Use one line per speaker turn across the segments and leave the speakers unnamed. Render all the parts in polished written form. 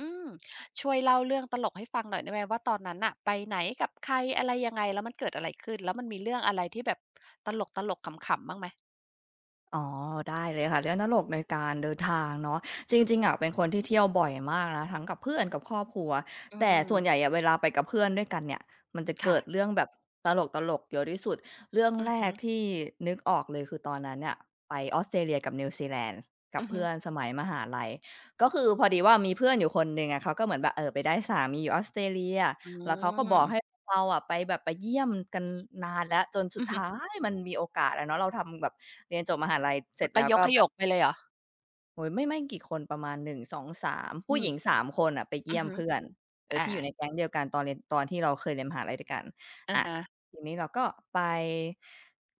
อืมช่วยเล่าเรื่องตลกให้ฟังหน่อยได้ไหมว่าตอนนั้นน่ะไปไหนกับใครอะไรยังไงแล้วมันเกิดอะไรขึ้นแล้วมันมีเรื่องอะไรที่แบบตลกๆขำๆบ้างไหม
อ๋อได้เลยค่ะเรื่องตลกในการเดินทางเนาะจ
อือ
ริ
ฮึ
งๆอะเป็นคนที่เที่ยวบ่อยมากนะทั้งกับเพื่อนกับครอบครัว
อื
แต่
ม
ส่วนใหญ่อะเวลาไปกับเพื่อนด้วยกันเนี่ยมันจะเกิ
ค่ะ
ดเรื่องแบบตลกๆเยอะที่สุดเรื่อง
อือ
แร
ฮึ
กที่นึกออกเลยคือตอนนั้นเนี่ยไปออสเตรเลียกับนิวซีแลนด์กับ
อือฮึ
เพื่อนสมัยมหาลัยก็คือพอดีว่ามีเพื่อนอยู่คนหนึ่งอะเขาก็เหมือนแบบเออไปได้สามีอยู่ออสเตรเลีย
อื
แล้วเขาก็บอกให้
ม
เราอะไปแบบไปเยี่ยมกันนานแล้วจนสุด
อือฮึ
ท้ายมันมีโอกาสอะเนาะเราทำแบบเรียนจบมหาลัยเสร็จ
ก็
แล้ว
ย
ก็
กข
แบ
ย
บ
กไปเลยเหรอ
โอ้โฮไม่กี่คนประมาณหนึ่งสองสาม
อื
ผู้หญิง
ม
3คนน่ะไป
อื
เยี่
อ
ยม
ฮึ
เพื่อนเออ
อา
ที่อยู่ในแก๊งเดียวกันตอนเรียนตอนที่เราเคยเรียนมหาลัยด้วยกัน
อะ
อะ
ฮะ
ทีนี้เราก็ไป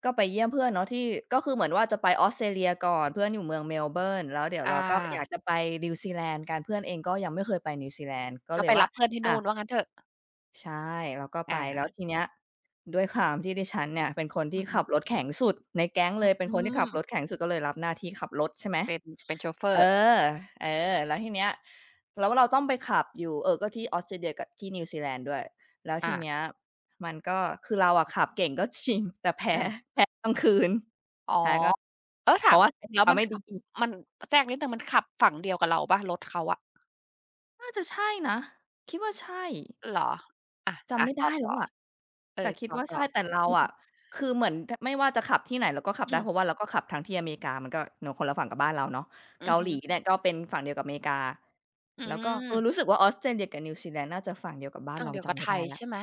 ก็ไปเยี่ยมเพื่อนเนาะที่ก็คือเหมือนว่าจะไปออสเตรเลียก่อนเพื่อนอยู่เมืองเมลเบิร์นแล้วเดี๋ยว
อ
เราก็อยา
า
กจะไปนิวซีแลนด์กันเพื่อนเองก็ยังไม่เคยไปนิวซีแลนด์ก็
ก็
เล
ไป
ยว่า
รับเพื่อนที่
อ่า
นู่นว่างั้นเถอะ
ใช่เราก็ไป
อา
แล้วทีเนี้ยด้วยความที่ดิฉันเนี่ยเป็นคน
อื
ที่
อฮึ
ขับรถแข็งสุดในแก๊งเลยเป็น
อื
คนที่ขับรถ
ม
แข็งสุดก็เลยรับหน้าที่ขับรถใช่ไหม
เป็นเป็นโชเฟอ
เอ
ร์
อเออแล้วทีเนี้ยแล้วเราต้องไปขับอยู่เออก็ที่ออสเตรเลียกับที่นิวซีแลนด์ด้วยแล้วที
อา
เนี้ยมันก็คือเราอะขับเก่งก็จริง แต่แพ้
อา
แพ้กลางคืน
อ๋อ
แพ้ก็
เออ
เพ
ถาม
ราะว่า
แล้ว
ขับ
มัน
ไม่ดี
ขับมันแทรกนิดหนึ่งมันขับฝั่งเดียวกับเราเป่ารถเขาอะ
น่าจะใช่นะคิดว่าใช่
เหรออะ
จำ
อะ
ไม่
ต่อ
ได้แล้
ต่
ว
อ
อะ
เออ
แต่คิ
ต
ดว่า
่อ
ใช่แต่เรา
ๆออือ
อะคือเหมือนทไม่ว่าจะขับที่ไหนเราก็ขับ
อื
ได้เพราะ
ม
ว่าเราก็ขับทั้งที่อเมริกามันก็เนาะคนละฝั่งกับบ้านเราเนาะ
อือ
เกาห
ฮึ
ลีเนี่ยก็เป็นฝั่งเดียวกับอเมริกา
อื
แล้วก็
ม
เออรู้สึกว่าออสเตรเลียกับนิวซีแลนด์น่าจะฝั่งเดียวกับบ้าน
ฝั่ง
เรา
เดียวกับ
จำไม่
ไท
ได้
ย
แล้ว
ใช่ไหม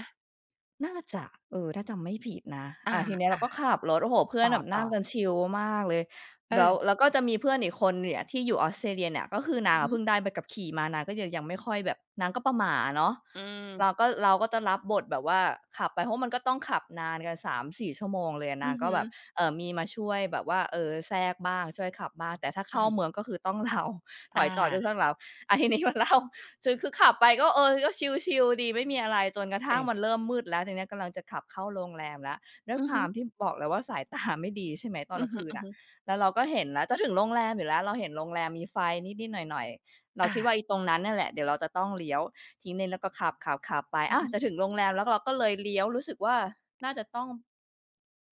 น่าจะเออถ้าจำไม่ผิดนะอา
อา
ทีเนี้ยเราก็ขับรถโอ้โฮเพื่
ๆ
อน
ต่อ
แบบ
ต่
นั่
อ
งกันชิลมากเลย
เอ
แล้วแล้
อ
วก็จะมีเพื่อนอีกคนเนี่ยที่อยู่ออสเตรเลียเนี่ยก็คือนาง
อือ
อะ
ฮึ
เพิ่งได้ใบขับขี่มานางก็ยังไม่ค่อยแบบนางก็ประหม่าอะเนาะ
อืม
เราก็จะรับบทแบบว่าขับไปเพราะมันก็ต้องขับนานกัน3-4ชั่วโมงเลยอะ
อื
นาง
อ
ก็
ฮึ
แบบมีมาช่วยแบบว่าเออแทรกบ้างช่วยขับบ้างแต่ถ้า
อือ
เข้าเมื
ฮึ
องก็คือต้อง เราถ
อา
อยจอดก็คือต้องเราอาทีนี้มันเล่า คือขับไปก็เออก็ชิลๆดีไม่มีอะไรจนกระ
เอ
ทั่ง
อ
มันเริ่มมืดแล้วทีเนี้ยกำลังจะขับเข้าโรงแรมแล้วด้วย
อื
ค
อ
วา
ฮึ
มที่บอกแล้วว่าสายตาไม่ดีใช่ไหมตอน
อื
ก
อ
ลาง
ฮึ
คื
ๆ
น
อ
อะ
ฮึ
แล้วเราก็เห็นแล้วจะถึงโรงแรมอยู่แล้วเราเห็นโรงแรมมีไฟนิดๆหน่อยๆเรา
อา
คิดว่าอีตรงนั้นนั่นแหละเดี๋ยวเราจะต้องเลี้ยวทีนี้เราก็ขับๆๆไป
อือ
อา
ฮึ
จะถึงโรงแรมแล้วเราก็เลยเลี้ยวรู้สึกว่าน่าจะต้อง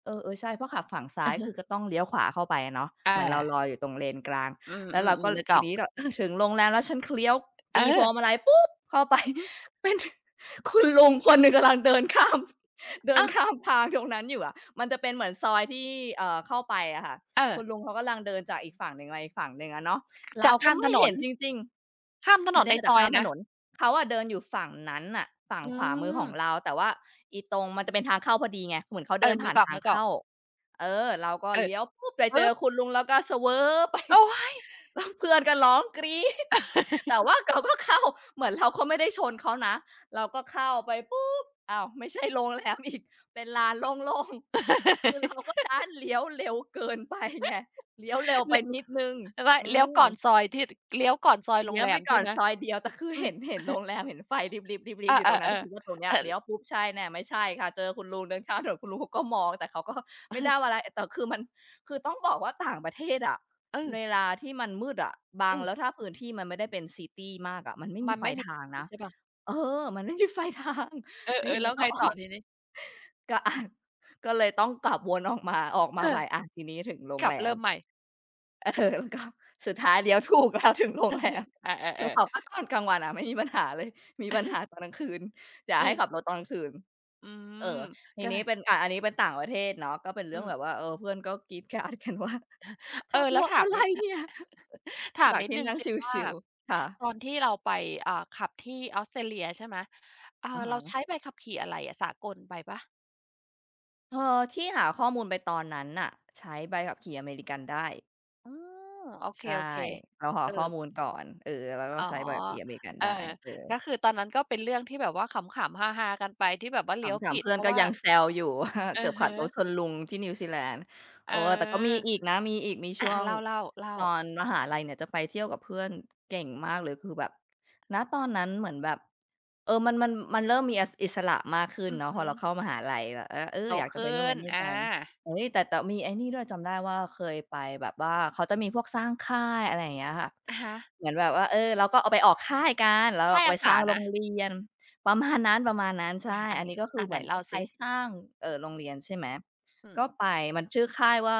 เออๆใช่เพราะขับฝั่งซ้ายก็คือก็ต้องเลี้ยวขวาเข้าไปอะเนาะเห
อา
มือนเรารออยู่ตรงเลนกลาง
อื
แล้ว
ม
เรา
ๆ
ก็
ๆนึกอ
ที
อก
นี้เรา เออถึงโรงแรมแล้วฉันคเลี้ยวตีพวง
เออ
มาลัยปุ๊บเข้าไป
อือฮึ
เป็นคุณลุงคนหนึ่งกำลังเดินข้าม เดิน
อาว
ข้ามทางตรงนั้นอยู่อะมันจะเป็นเหมือนซอยที่เข้าไปอะค่ะ
เออ
คุณลุงเขากำลังเดินจากอีกฝั่งหนึ่งมาอีกฝั่งหนึ่งอะเนาะเรา
จาก
ก็
ข้ามถ
ไม่
น
เห็
น
นจริง
ข้ามถ
ๆ
น
ไม่
น
ได้
ใน
ค
ซ
จะ
อย
ข้ามถ
นะ
นน เขาอะเดินอยู่ฝั่งนั้นน่ะฝั่ง
อื
ขวามือของเรา
ม
แต่ว่าอีตรงมันจะเป็นทางเข้าพอดีไงเหมือนเขา
เอ
เดิน
อนึ
ผ่า
ก
น
อ
ทาง
อก
เข้า
ๆ
เออเราก็
เออ
เลี้ยวปุ๊บไปเจ
ปึ๊
อ
บ
คุณลุงแล้วก็เสว้อไป
โอ๊ย
แล้วเพื่อนก็ร้องกรี๊ด แต่ว่าเราก็เข้าเหมือนเราก็ไม่ได้ชนเขานะเราก็เข้าไปปุ๊บอ้าวไม่ใช่โรงแรมอีกเป็นลานโล่งๆคือเรา ก็ดันเลี้ยวเร็วเกินไปไงเลี้ยวเร็วไป
เล
นิดหนึ่ง
แล้วก็
อื
เลี้ยวก่อน
ม
ซอยที่เลี้ยวก่อนซอยโรง
เลี้ยว
แร
ไป
ม
ก่
ใช่
อน
ไหม
ซอยเดียวแต่คือ
อืม
เห็นโรงแรมเห็นไฟริบๆริบๆ
อา
อยู่ตรง
ๆๆ
นั้
เอ
นคิดว่าตรงเนี้ย
อ
เลี้ยวปุ๊บใช่แน่ไม่ใช่ค่ะเจอคุณลุงเดินข้ามถนนคุณลุงเขาก็มองแต่เขาก็ไม่ได้ว่าอะไรแต่คือต้องบอกว่าต่างประเทศอะ
เอ
เวลาที่มันมืดอะบางแล้ว
อ
ถ้าพื้นที่มันไม่ได้เป็นซิตีมากอะมันไม่
ๆ
มี
มัน
ไฟ
ไม่มี
ทางนะ
ใช่เปล่า
เออมันไม่มีไฟทาง
เอ
แล้วที
อๆแล้
เนี้
ว
ยก็
ไง
อ
ต่อ
อก
ทีนี้
ก็ ก็เลยต้องกลับวนออกมา
เอ
ใหม่
อ
ทีนี้ถึงโรง
ขั
แร
บ
ม
เริ่มใหม่
เออ แล้วก็สุดท้ายเลี้ยวถูกแล้วถึงโรงแรม
อา
ถึอแบ
ๆๆ
บว่าตอนกลางวันอะไม่มีปัญหาเลยมีปัญหาตอนกลางคืนอย่า
อือ
ให้ขับรถตอนกลางคืน
อื
เอ
ม
อที
ก็เล
นี้
ย
เป็นอันนี้เป็นต่างประเทศเนาะก็เป็นเรื่
อื
อง
ม
แบบว่าเออเพื่อนก็กรี๊ดกราดกันว่า
เออ
ขับ
แล้
ร
ว
ถ
ถา
อะ
ม
ไร
นิด
เนี่ย
ถ ถาม
จาก
นิด
ที่
หนึ่ง
นั่ง
สิ
ช
ว่า
ิลๆค่ะ
ตอนที่เราไปอ่าขับที่ออสเตรเลียใช่ไหมเอ
อะ
อ
ฮะ
เราใช้ใบขับขี่อะไรอะสากลไปเปล่า
เออที่หาข้อมูลไปตอนนั้นน่ะใช้ใบขับขี่อเมริกันได้
อืมโอเค
ใช่ เราห่
ๆ
อ
เออ
ข้อมูลก่อน เออ แล้วก็
อ๋อ
ใช้ใบขับขี่อเมริกัน
เออ
ได้เออ
ก็คือตอนนั้นก็เป็นเรื่องที่แบบว่าขำๆฮาๆกันไปที่แบบว่า
ถ
เลี้ยว
า
ผิ
ๆ
ด
เพื่อ
เพ
น
ราะ
ก็
ว่า
ยังแซวอยู่ ว่า
อ
เกื
อ
อบขับ
ฮะ
รถชนลุงที่นิวซีแลนด์
เอ
เอ
อ
อแต่ก็มีอีกนะมีอีกมี
อา
ช่ว
ๆ
ง
เล่าเล่าเล่า
ตอนมหาลัยเนี่ยจะไปเที่ยวกับเพื่อนเก่งมากเลยคือแบบณตอนนั้นเหมือนแบบเออมันเริ่มมีออิสระมากขึ้น
อือ
เนาะพ
ฮึ
อเราเข้ามหาลัยแบบเออเออ
โต
อยากจะไป
ขึ้
นู่นไป
น
นี่
อา
กันเฮ้ยแต่มีไอ้นี่ด้วยจำได้ว่าเคยไปแบบว่าเขาจะมีพวกสร้างค่ายอะไรอย่างเงี้ยค่ะ
อะฮะ
เหมือนแบบว่าเออเราก็เอาไปออกค่ายกันแล้วเรา
ค่าย
ก็ไป
อา
ส
สา
ร้างโร
นะ
งเรียน ประมาณนั้นประมาณนั้น
อา
ใช่
อา
อันนี้ก็คือ
อา
เห
ไหน
มือนจะ
เล่า
ไป
สิ
สร้างโรงเรียนใช่ไหม
อืม
ก็ไปมันชื่อค่ายว่า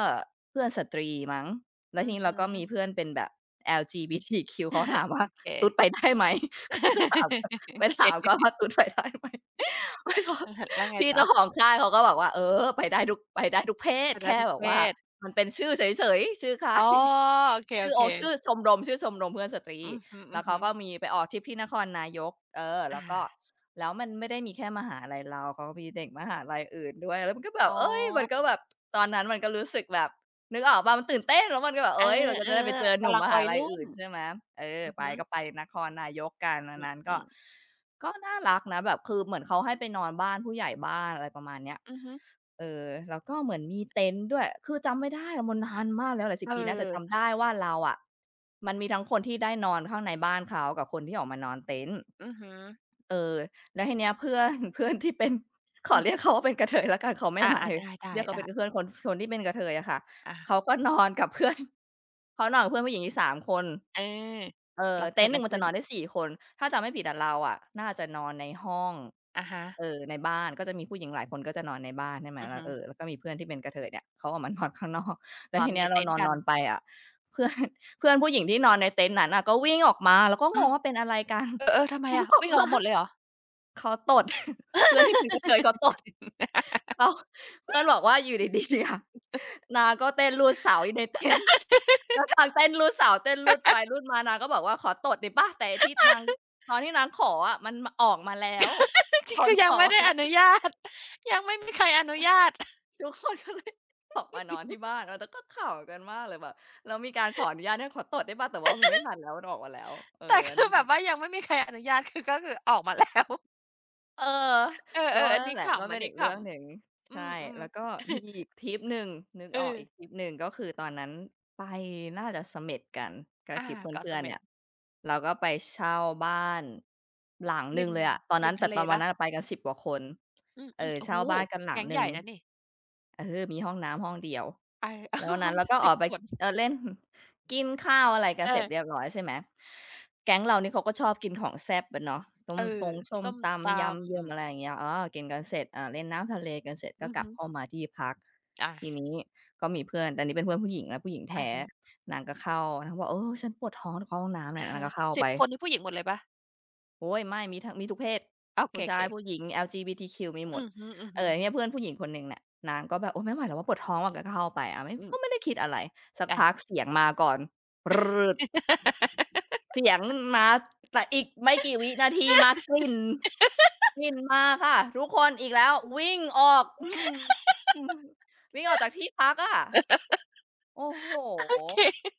เพื่อนสตรีมั้งแล้
อื
วที
อ
นี้เรา
ฮึ
ก็มีเพื่อนเป็นแบบ LGBTQ เขาถา มว่า
โอเค
ตุ๊ดไปได้ไหม ก็ถาม
โอ
ไป
เค
ถามก่อนว่าตุ๊ดไปได้ไหม ไม่เขา
แล้วแล้วไง
พี่
ต่อ
เจ้าของค่ายเขาก็บอกว่าเออไปได้ทุกเพศ
สัตว์ได
แค่
ทุก
แบบ
เพ
ว่า
ศ
มันเป็นชื่อเฉยๆชื่อค่า
อ๋อ
ย
โอเคๆ
ชื่
อ
อโอ
เค
ชื่อชมรมเพื่อนสตรี
อือ
แล้วเขา
ฮึ
ก็
ๆ
มีไปออกทริปที่นครนายกเออ
อา
แล้วก็แล้วมันไม่ได้มีแค่มหาลัยเราเขาก็มีเด็กมหาลัยอื่นด้วยแล้วมันก็แบ
อ๋
บ
อ
เอ๊ยมันก็แบบตอนนั้นมันก็รู้สึกแบบนึกออกเปล่ามันตื่นเต้นแล้วมันก็แบบ
เออ
เอ๊ยเราก็จะได้ไปเจอ
ๆ
หนุ่ม
กำลั
ม
ง
หา
วัย
ลัย
รุ่น
อื่นใช่ไหมเออ
อือ
ไป
ฮึ
ก็ไปนครนายกกันวันนั้น
อือ
ก็ ก็น่ารักนะแบบคือเหมือนเขาให้ไปนอนบ้านผู้ใหญ่บ้านอะไรประมาณเนี้ย
อือฮึ
เออแล้วก็เหมือนมีเต็นท์ด้วยคือจำไม่ได้แล้วมันนานมากแล้วหลายสิ
เอ
บ
อ
ปีนะแต่จำได้ว่าเราอะมันมีทั้งคนที่ได้นอนข้างในบ้านเขากับคนที่ออกมานอนเต็นท์
อือฮึ
เออแล้วทีเนี้ยเพื่อน เพื่อนที่เป็น ขอ
อืม
เรียกเขาว่าเป็นกระเทยแล้วกัน เขาไม่
อ
หมา
า
ย
ๆได้
เรียก
ๆ
เขาเป็
ได้
นเพื่อนคนที่เป็นกระเทยอะค่ะ
อา
เขาก็นอนกับเพื่อน เขานอนกับเพื่อนผู้หญิงอีกสามคน
เออ
เออ
แล้ว
เต็
เกิ
น
ด
ท์ห
อะไร
นึ่งมัน
ขึ้
จะ
น
นอนได้สี่คนถ้าจำไม่ผิดอะเราอะน่าจะนอนในห้อง
อะฮะ
เออในบ้านก็จะมีผู้หญิงหลายคนก็จะนอนในบ้านใช่ไหม
อือ
แล้ว
ฮึ
เออแล้วก็มีเพื่อนที่เป็นกระเทยเนี่ยเขาออกมานอนข้างนอก แล้
น
ว
อ
ที
นใน
เนี้ยเรา
เต็น
น
ท์กัน
อนๆไปอะเพื่อน เพื่อนผู้หญิงที่นอนในเต็นท์นั้นน่ะก็วิ่งออกมาเราก็ง
อ้า
ง
ว
ว่าเป็นอะไรกัน
เออๆทำ ไม
เขา
อะ
บอก
วิ่งอ
เ
อกมาหมดเลยเหรอ
เขาตด เพื่อนที่เป็นกระเทยเขาตดเขาเพื่อนบอกว่าอยู่ดีๆอะนางก็เต้นรูดเสาอยู่ในเต็นท์ แล้วนางเต้นรูดเสาเต้นรูดไปรูดมานางก็บอกว่าขอตดหน่อยเปล่าแต่ไอ้ที่นางตอนที่นางขออะมันมออกมาแล้วผ
ที่ คื
ล
อยั
อ
ง
อก
ไม่
มา
ได้
แล้
อนุ
ว
ญาต ยังไม่มีใครอนุญาต
ทุกคนก็เลยออกมานอนที่บ้านเออแต่ก็ขำกันมากเลยแบบแล้วมีการขออนุญาตให้ขอตดได้เปล่าแต่ว่ามันไม่ทันแล้วมันออกมาแล้ว
แต่
อัน
คื
นี้
อ
ก็
แบ
แบ
บ
บ
ว่ายังไม่มีใครอนุญาตคือก็คือออกมาแล้ว
เออ
เอ
ก็
อๆอัน
นั่น
นี้
แหละก็
ขำอั
เป็
น
นอี
นี้
ก
ข
เรื่องหนึ่ง
ำอื
ใช่
ม
แล้ว
ๆ
ก็มีอีก ทริปหนึ่งนึก
เอ
ออก
อ
อีกทริปหนึ่งก็คือตอนนั้นไปน่าจะเสม็ดกันก็ท
อา
ริปเ
เกาะเส
พื่อนๆ
ม็
เนี่
ด
ยเราก็ไปเช่าบ้านหลังห
ริ
นึ่ง
ม
เลยอะตอน
ริ
นั้น
ม
แต่
ทะเล
ตอน
เป
วัน
ล่า
นั้นอะไปกัน10กว่าคน
อื
เอ
ม
อ
ๆโอ้โฮ
เช่าบ้านกันหลัง
แก๊ง
ห
ให
นึ่ง
ญ่นะนี่
เออมีห้องน้ำห้องเดียว
เออ
แล้ววัน นั้
ห้
น
อง
เราก็อ
สิ
อ
บ
กไป
คน
เออเล่น กินข้าวอะไรกัน
เอ
เสร็จ
อ
เรียบร้อยใช่ไหมแก๊งเรานี่เขาก็ชอบกินของแซ่บอะเนาะต้ม
เอ
ต
อ
งส้ม
ส้มต
ตำยำ
ำ
เยิ
อื
ม
ม
อะไรอย่างเงี้ยเออกินกันเสร็จเล่นน้ำทะเลกันเสร็จก็
อือ
กลับ
ฮึ
เข้ามาที่พัก
อา
ทีนี้ก็มีเพื่อนแต่อันนี้เป็นเพื่อนผู้หญิงนะผู้หญิง
อะ
แท้
ฮะ
นางก็เข้านางบอกเออฉันปวดท้องจะเข้าห้องน้ำเนี่ย
อะ
นาง
ฮะ
ก็เข้า
สิ
ไป
บคนนี่ผู้หญิงหมดเลยเปล่า
โอ๊ยไม่มีทั้งมีทุกเพศ
โอเค
ผู้ชายผู้ห
ๆ
ญิง LGBTQ มีหมด
อือฮึ
เนี่ย
ๆ
เพื่อนผู้หญิงคนหนึ่งเน่ะนางก็แบบโอ๊ยไม่ไหวแล้วว่าปวดท้องว่ะกก็เข้าไปไม่
อืม
ก็ไม่ได้คิดอะไรสัก
อา
พักเสียงมาก่อน เสียงมาแต่อีกไม่กี่วินาทีมากลิ่นกลิ่นมาค่ะทุกคนอีกแล้ววิ่งออกอื้อฮือวิ่งออกจากที่พักอะโอ้โฮ
โอเค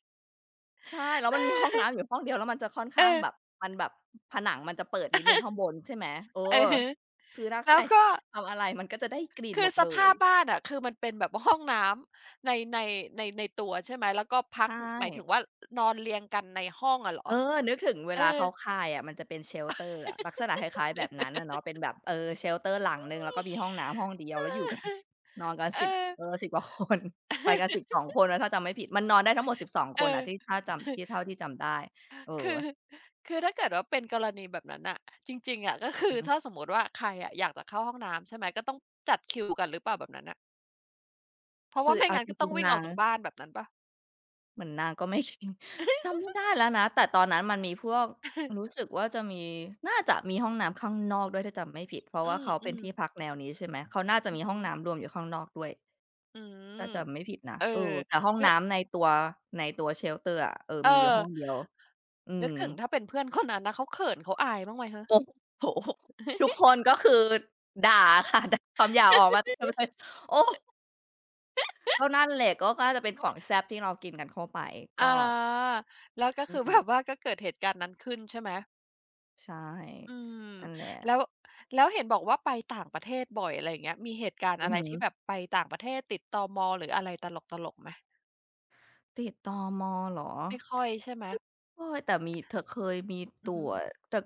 ใช่แล้วมันมีห้องน้ำอยู่ห้องเดียวแล้วมันจะค่อน
เอ
ข้าง
อ
แบบมันแบบผนังมันจะเปิดนิดหนึ่งข้างบนใช่ไหมเออ
อะฮะ
คือถ้าใค
แล้
ร
วก็
ทำอะไรมันก็จะได้กลิ่น
คื
หม
อ
ด
ส
เล
ภา
ย
พบ้านอะคือมันเป็นแบบห้องน้ำในในตัวใช่ไหมแล้วก็พัก
ใช่
หมายถึงว่านอนเรียงกันในห้องอะเหรอ
เออนึกถึงเว
เอ
ลา
อ
เขาคายอะมันจะเป็น shelter อะลักษณะคล้ายๆแบบนั้นอะเนาะเป็นแบบเออ shelter หลังหนึ่งแล้วก็มีห้องน้ำห้องเดียวแล้วอยู่กัน สนอนกัน
เอ
สิบ
อ
เออสิบกว่าคน ไปกัน สิบสองคนนะถ้าจำไม่ผิดมันนอนได้ทั้งหมดสิบสอง
เอ
ค
อ
นอะที่ถ้า
เออ
จำที่เท่าที่จำได้เอ
คือ
อ
คือถ้าเกิดว่าเป็นกรณีแบบนั้นน่ะจริงๆอะก็คื
อื
อ
อฮึ
ถ้าสมมุติว่าใครอะอยากจะเข้าห้องน้ำใช่ไหมก็ต้องจัดคิวกันหรือเปล่าแบบนั้นน่ะเพราะ
คื
ว่า
อ
ไม่
เอา
งั้น
จ
ก็ต้
ริ
อง
งๆ
วิ่งอ
นา
อก
ง
จากบ้านแบบนั้นเปล่า
เหมือนนางก็ไม่ คิด จำไม่ได้แล้วนะแต่ตอนนั้นมันมีพวกรู้ สึกว่าจะมีน่าจะมีห้องน้ำข้างนอกด้วยถ้าจำไม่ผิดเพราะ
อื
ว่าเขาเป็น
ม
ที่
ๆ
พักแนวนี้ใช่ไหมเขาน่าจะ
อื
มี
อ
ห้
ฮึ
องน้ำรวมอยู่ข้างนอกด้วย
อื
ถ้า
ม
จำไม่ผิดนะ
เออ
เออแต่ห้อง
ก็
น้ำในตัวในตัว shelter อร์อะเออ
เออ
มีอยู่ห้องเดียวอื
นึ
ม
กถึงถ้าเป็นเพื่อนคนนั้นนะเขาเขินเขาอายบ้างไหมคะ
โอ้โหทุกคนก็คือด่าค่ะ ด่าคำหยากออกมาเต็มเลยโอ้ก็นั่นแหละก็น่าจะเป็นของแซ่บที่เรากินกันเข้าไป
อ
ก็
าแล้วก็
อื
คือ แบ
ม
บว่าก็เกิดเหตุการณ์นั้นขึ้นใช่ไหม
ใช่
อืม
นั่นแหละ
แล้วแล้วเห็นบอกว่าไปต่างประเทศบ่อยอะไรอย่างเงี้ยมีเหตุการณ์
อื
อะ
อ
ไร
ฮึ
ที่แบบไปต่างประเทศติดตมหรืออะไรตลกๆไหม
ติดตมเหรอ
ไม่ค่อยใช่ไหม
ไม่ค่อยแต่มีเธอเคยมี
อื
ต
อ
ร
ฮึ
วจแต่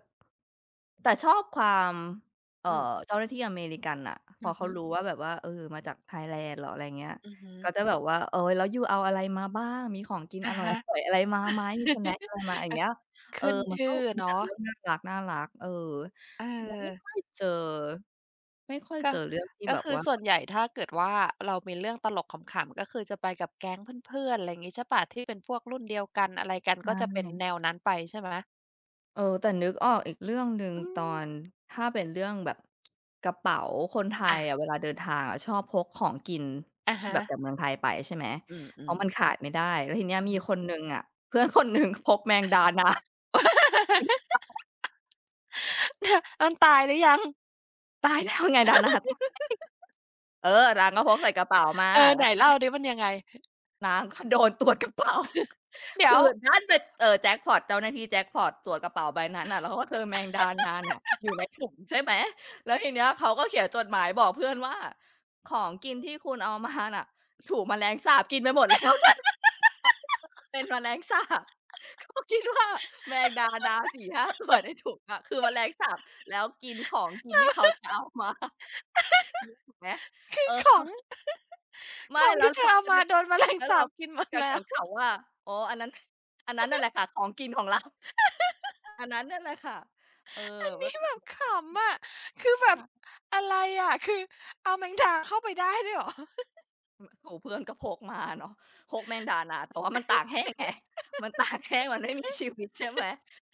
แต่ชอบความเอ่อ
อืม
เจ้าหน้าที่อเมริกันน่ะพอ
อือ
เขา
ฮึ
รู้ว่าแบบว่าเออมาจากไทยแลนด์เหรออะไรเงี้ย
อือฮึ
ก็จะแบบว่าเออแล้วยูเอาอะไรมาบ้างมีของกินอ
อะ
ร่
ฮะ
อยๆอะไรมาไหมมีสแน็ก อะไรมาอย่างเงี้ยเออ
ขึ้น
มันก็
ชื่อ
มีแต่
เนาะ
เรื่องน่ารักๆเออ
เออ
เราไม่ค่อยเจอไม่ค่อย
ก็
เจอเรื่องที่
ก็
แบบ
คือ
ว่า
ส่วนใหญ่ถ้าเกิดว่าเรามีเรื่องตลกขำๆก็คือจะไปกับแก๊งเพื่อนๆอะไรงี้ใช่เปล่าที่เป็นพวกรุ่นเดียวกันอะไรกัน
ใช่
ก็จะเป็นแนวนั้นไปใช่ไหม
เออแต่นึกออกอีกเรื่องหนึ่ง
อื
ตอ
ม
นถ้าเป็นเรื่องแบบกระเป๋าคนไทยอะ
อา
เวลาเดินทางอะชอบพกของกิน
อะ
ที่แบ
ฮะ
บจากเมืองไทยไปใช่ไหม
อื
เพราะ
ม
มัน
ๆ
ขาดไม่ได้แล้วทีเนี้ย
อือ
มี
ฮึ
คนหนึ่งอะเพื่อนคนหนึ่ง พกแมงดานา
มันตายหรือยัง
ตายแล้วไงดานา เออนางก็พกใส่กระเป๋ามา
เออ
แล้
ไหน
วที
เล่า
เนี้ย
ดิมันยังไง
นางก็โดนตรวจกระเป๋า
เดี๋ย
คื
ว
อดันไปแจ็กพอตเจ้าหน้าที่แจ็กพอตตรวจกระเป๋าใบนั้นน่ะแล้วเขาก็เจอแมงดานาน่ะอยู่ในถุงใช่ไหมแล้วทีเนี้ยเขาก็เขียนจดหมายบอกเพื่อนว่าของกินที่คุณเอามาน่ะถูกแมลงสาบกินไปหมดแล้วนะ เพราะมันเป็นแมลงสาบ เขาคิดว่าแมงดานาสี่ห้าตัวในถุงอะคือแมลงสาบแล้วกินของกินที่เขาจะเอามา นึกออกไหม
คื
เอ
อ
อ
ของ
ไม่
ของ
แล้ว
ที่เธ
เราก็
อเอามา
นึก
โดนแมลง
แล้ว
สา
เรา
บกินหมด
กั
แล้
น
ว
ขำๆว่าอ๋ออันนั้นอันนั้นนั่นแหละค่ะของกินของเรา อันนั้นนั่นแหละค่ะเออ
อัน
ก็
นี้
ต้อง
แบ
แบ
บ
บ
ขำอะคือแบบ
ใช่
อะไรอะคือเอาแมงดาเข้าไปได้ด้วยเหรอ
โอ้โฮเพื่อนก็พกมาเนาะพกแมงดานาแต่ว่ามันตากแห้งไง มันตากแห้งมันไม่มีชีวิตใช่ไหม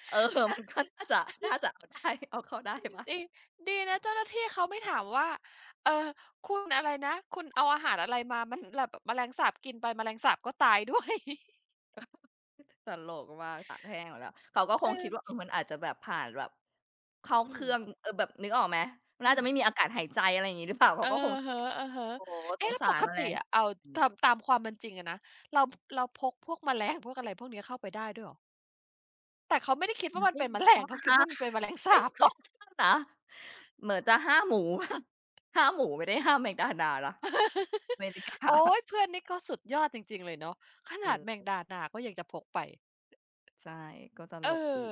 เออ มันก็น่าจะน่าจะเอาได้เอาเข้าได้บ้า
ดี
ง
ดีนะเจ้าหน้าที่เขาไม่ถามว่าเออคุณอะไรนะคุณเอาอาหารอะไรมามันแบบแมลงสาบกินไปแมลงสาบก็ตายด้วย
ตลกมากตากแห้งหมดแล้วเขาก็ค งคิด
เออ
ว่าเออมันอาจจะแบบผ่านแบบเข้า
อื
เค
ม
รื่องเออแบบนึกออกไหมมัน
อื
น่า
ม
จะไม่มีอากาศหายใจอะไรอย่างงี้หรือเปล่าเขา
อะ
ก็คง
ฮ
คิด
ะ
โอ้โฮ
ๆ
ส
เอ๊ะ
ง
แล้ว
สา
ป
ร
ก
แมล
ติ
ง
อะ
สา
เอา
บ
ตามความเป็นจริงอะนะเราเราพกพวกแมลงพวกอะไรพวกเนี้ยเข้าไปได้ด้วยเหรอแต่เขาไม่ได้คิด
มั
ว่า
น
มัน
ไม่
เป็น
มี
แม ล
ข้
ง
อ
เขาคิด
ห้าม
ว่ามันเป็นแมลง
เฮ้
สา
ย
บ ไง
เขาห้ามนะเหมือนจะห้ามหมู ห้ามหมูไม่ได้ห้ามแมกดานานะ อเมริกา
โอ๊ ยเพื่อนนี่ก็สุดยอดจริงๆเลยเนาะขนาดแมง
เออ
ดานาก็ยังจะพกไป
ใช่ก็ต
เอ
ลกดี
อ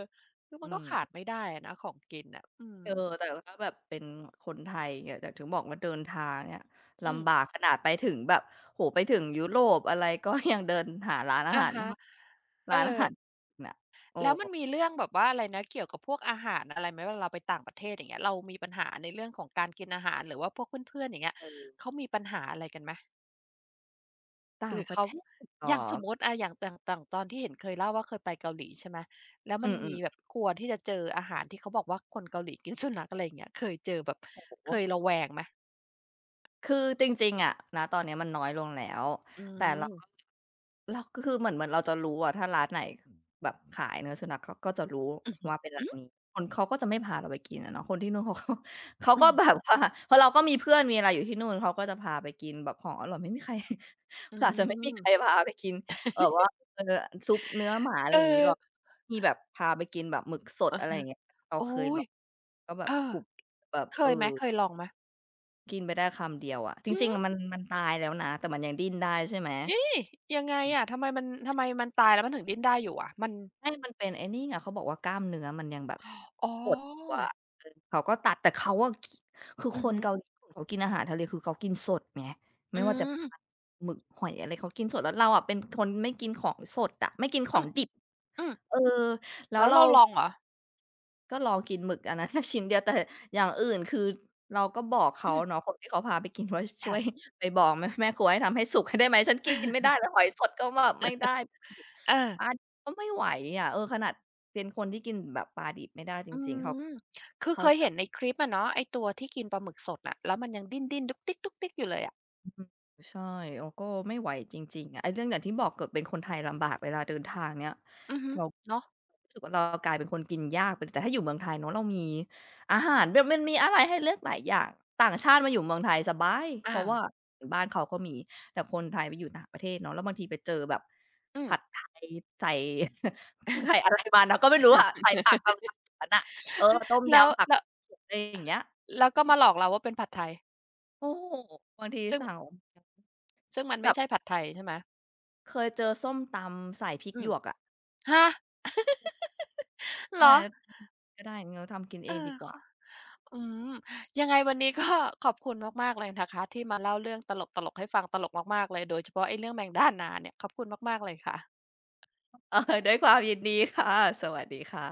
คือมั
อื
นก็
ม
ขาดไม่ได้อะนะของกินน่ะอืม
เออแต่ถ้าแบบเป็นคนไทยเนี่ยแต่ถึงบอกว่าเดินทางเนี่ย
อืม
ลำบากขนาดไปถึงแบบโอ้โฮไปถึงยุโรปอะไรก็ยังเดินหาร้านอา
อะ
หาร
ฮะ เอ
ร้านอา
อ
หารน่ะโอ้
แล้วมันมีเรื่องแบบว่าอะไรนะเกี่ยวกับพวกอาหารอะไรไหมเวลาเราไปต่างประเทศอย่างเงี้ยเรามีปัญหาในเรื่องของการกินอาหารหรือว่าพวกเพื่อนๆอย่างเงี้ย
เออ
เขามีปัญหาอะไรกันไหม
ต่า
ห
ง
รือ
ประ
เขา
เทศเหรอ
อย่างสมมุติอะอย่างต่างต่างตอนที่เห็นเคยเล่าว่าเคยไปเกาหลีใช่ไหมแล้ว
อื
มันมีแบ
ม
บกลัวที่จะเจออาหารที่เขาบอกว่าคนเกาหลีกิน สุนัขอะไรอย่างเงี้ยเคยเจอแบบ
ๆโอ้โฮ
เคยระแวงไหม
คือจริงๆอะณตอนเนี้ยมันน้อยลงแล้ว
อื
แต่เราก็
ม
เราก็คือเหมือนเราจะรู้อะถ้าร้านไหนแบบขายเนื้อสุนัขก็จะรู้
อือฮึ
ว่าเป็นร้า
อื
น
อ
นี้คนเขาก็จะไม่พาเราไปกินอะเนาะคนที่นู่นเขาก็ เขา
อือ
ก็แบบว่าเพราะเราก็มีเพื่อนมีอะไรอยู่ที่นู่นเขาก็จะพาไปกินแบบของอร่อยไม่มีใคร
อื
ก็อาจจะไม่มีใคร
ม
พาไปกินแบบว่าเออซุปเนื้อหมาอะไร
เอ
อย่างงี้
อ
หรอกมีแบบพาไปกินแบบหมึกสด
อะ
อะไรอ
ฮะ
ย่างเงี้ยเรา
โอ๊
เคยล
ย
องก็แบบ
เอ
ก
อ
รุบแบบ
เค
เออ
ยไหมเคยลองไหม
กินไปได้คำเดียวอะจ
อื
ริงๆอะ
ม
มันตายแล้วนะแต่มันยังดิ้นได้ใช่ไหม
เอ๊ะยังไง
อื
อะ
ม
ทำไมมันตายแล้วมันถึงดิ้นได้อยู่อะมัน
ไม่มันเป็นไอ้นี่ไงเขาบอกว่ากล้ามเนื้อมันยังแบบ
อ๋อ
หดตัวอะเออเขาก็ตัดแต่เขาอะกิคือ
อื
ค
อ
น
ฮึ
เกาหลีเขากินอาหารทะเลคือเขากินสดไง
อื
ไม่ว่าจะป
ม
ลาหมึกหอยอะไรเขากินสดแล้วเราอะเป็นคนไม่กินของสดอะไม่กินขอ
อื
ง
ม
ดิบ
อืม
เออแล้ว
แล้ว
เรา
เราลองเหรอ
ก็ลองกินหมึกอันนั้น ชิ้นเดียวแต่อย่างอื่นคือเราก็บอกเขา
อืม
เนาะคนที่เขาพาไปกินว่าช่ว
ค่ะ
ย ไปบอกแม่ครัวให้ทำให้สุก ให้ได้ไหมฉันกินไม่ได้ เลยหอยสดก็แบบไม่ได้
เอ
ป
อ
ลาดิบก็ไม่ไหวอะเออขนาดเป็นคนที่กินแบบปลาดิบไม่ได้จ
อื
ริงๆเขา
มคือ
เขา
เคย
ใจ
เห็นในคลิปอะเนาะไอ้ตัวที่กินปลาหมึกสดน่ะแล้วมันยังดิ้นๆดุกดิ๊กดุกดิ๊กอยู่เลยอะ
อืมใช่เราก็ไม่ไหวจริงๆอะไอ้เรื่องอย่างที่บอกเกิดเป็นคนไทยลำบากเวลาเดินทางเนี่ย
อือฮึ
เรา
เนาะ
รู้สึกว่าเรากลายเป็นคนกินยากไปแต่ถ้าอยู่เมืองไทยเนาะเรามีอาหารแบบมันมีอะไรให้เลือกหลายอย่างต่างชาติมาอยู่เมืองไทยสบายเพ
อา
ราะว่าบ้านเขาก็มีแต่คนไทยไปอยู่ต่างประเทศเนาะแล้วบางทีไปเจอแบบ
อืม
ผัดไทยใส่ ใส่อะไรมาเราก็ไม่รู้อะใส่ผัก อะไ นน่ะเออต้ม
แล้ว
ยำผัก
แล้ว
อะไรอย่างเงี้ย
แล้วก็มาหลอกเราว่าเป็นผัดไทย
โอ้โฮบางที
ซึ่ง
สั่ง
ซึ่งมันไม่
แบบ
ใช่ผัดไทยใช่ไหม
เคยเจอส้มตำใส่พริก
อื
หย
ม
วกอะ
ฮะเหร
ถ้าอ
อ
ย่างงั้นก็ได้งั้นเราทำกินเอ
เอ
งดี
อ
ก
ค
ว่า
อืมยังไงวันนี้ก็ ขอบคุณมากๆเลยนะคะที่มาเล่าเรื่องตลกๆให้ฟังตลกมากๆเลยโดยเฉพาะไอ้เรื่องแมงด้านาเนี่ยขอบคุณมากๆเลยค่ะ
เออด้วยความยินดีค่ะ สวัสดีค่ะ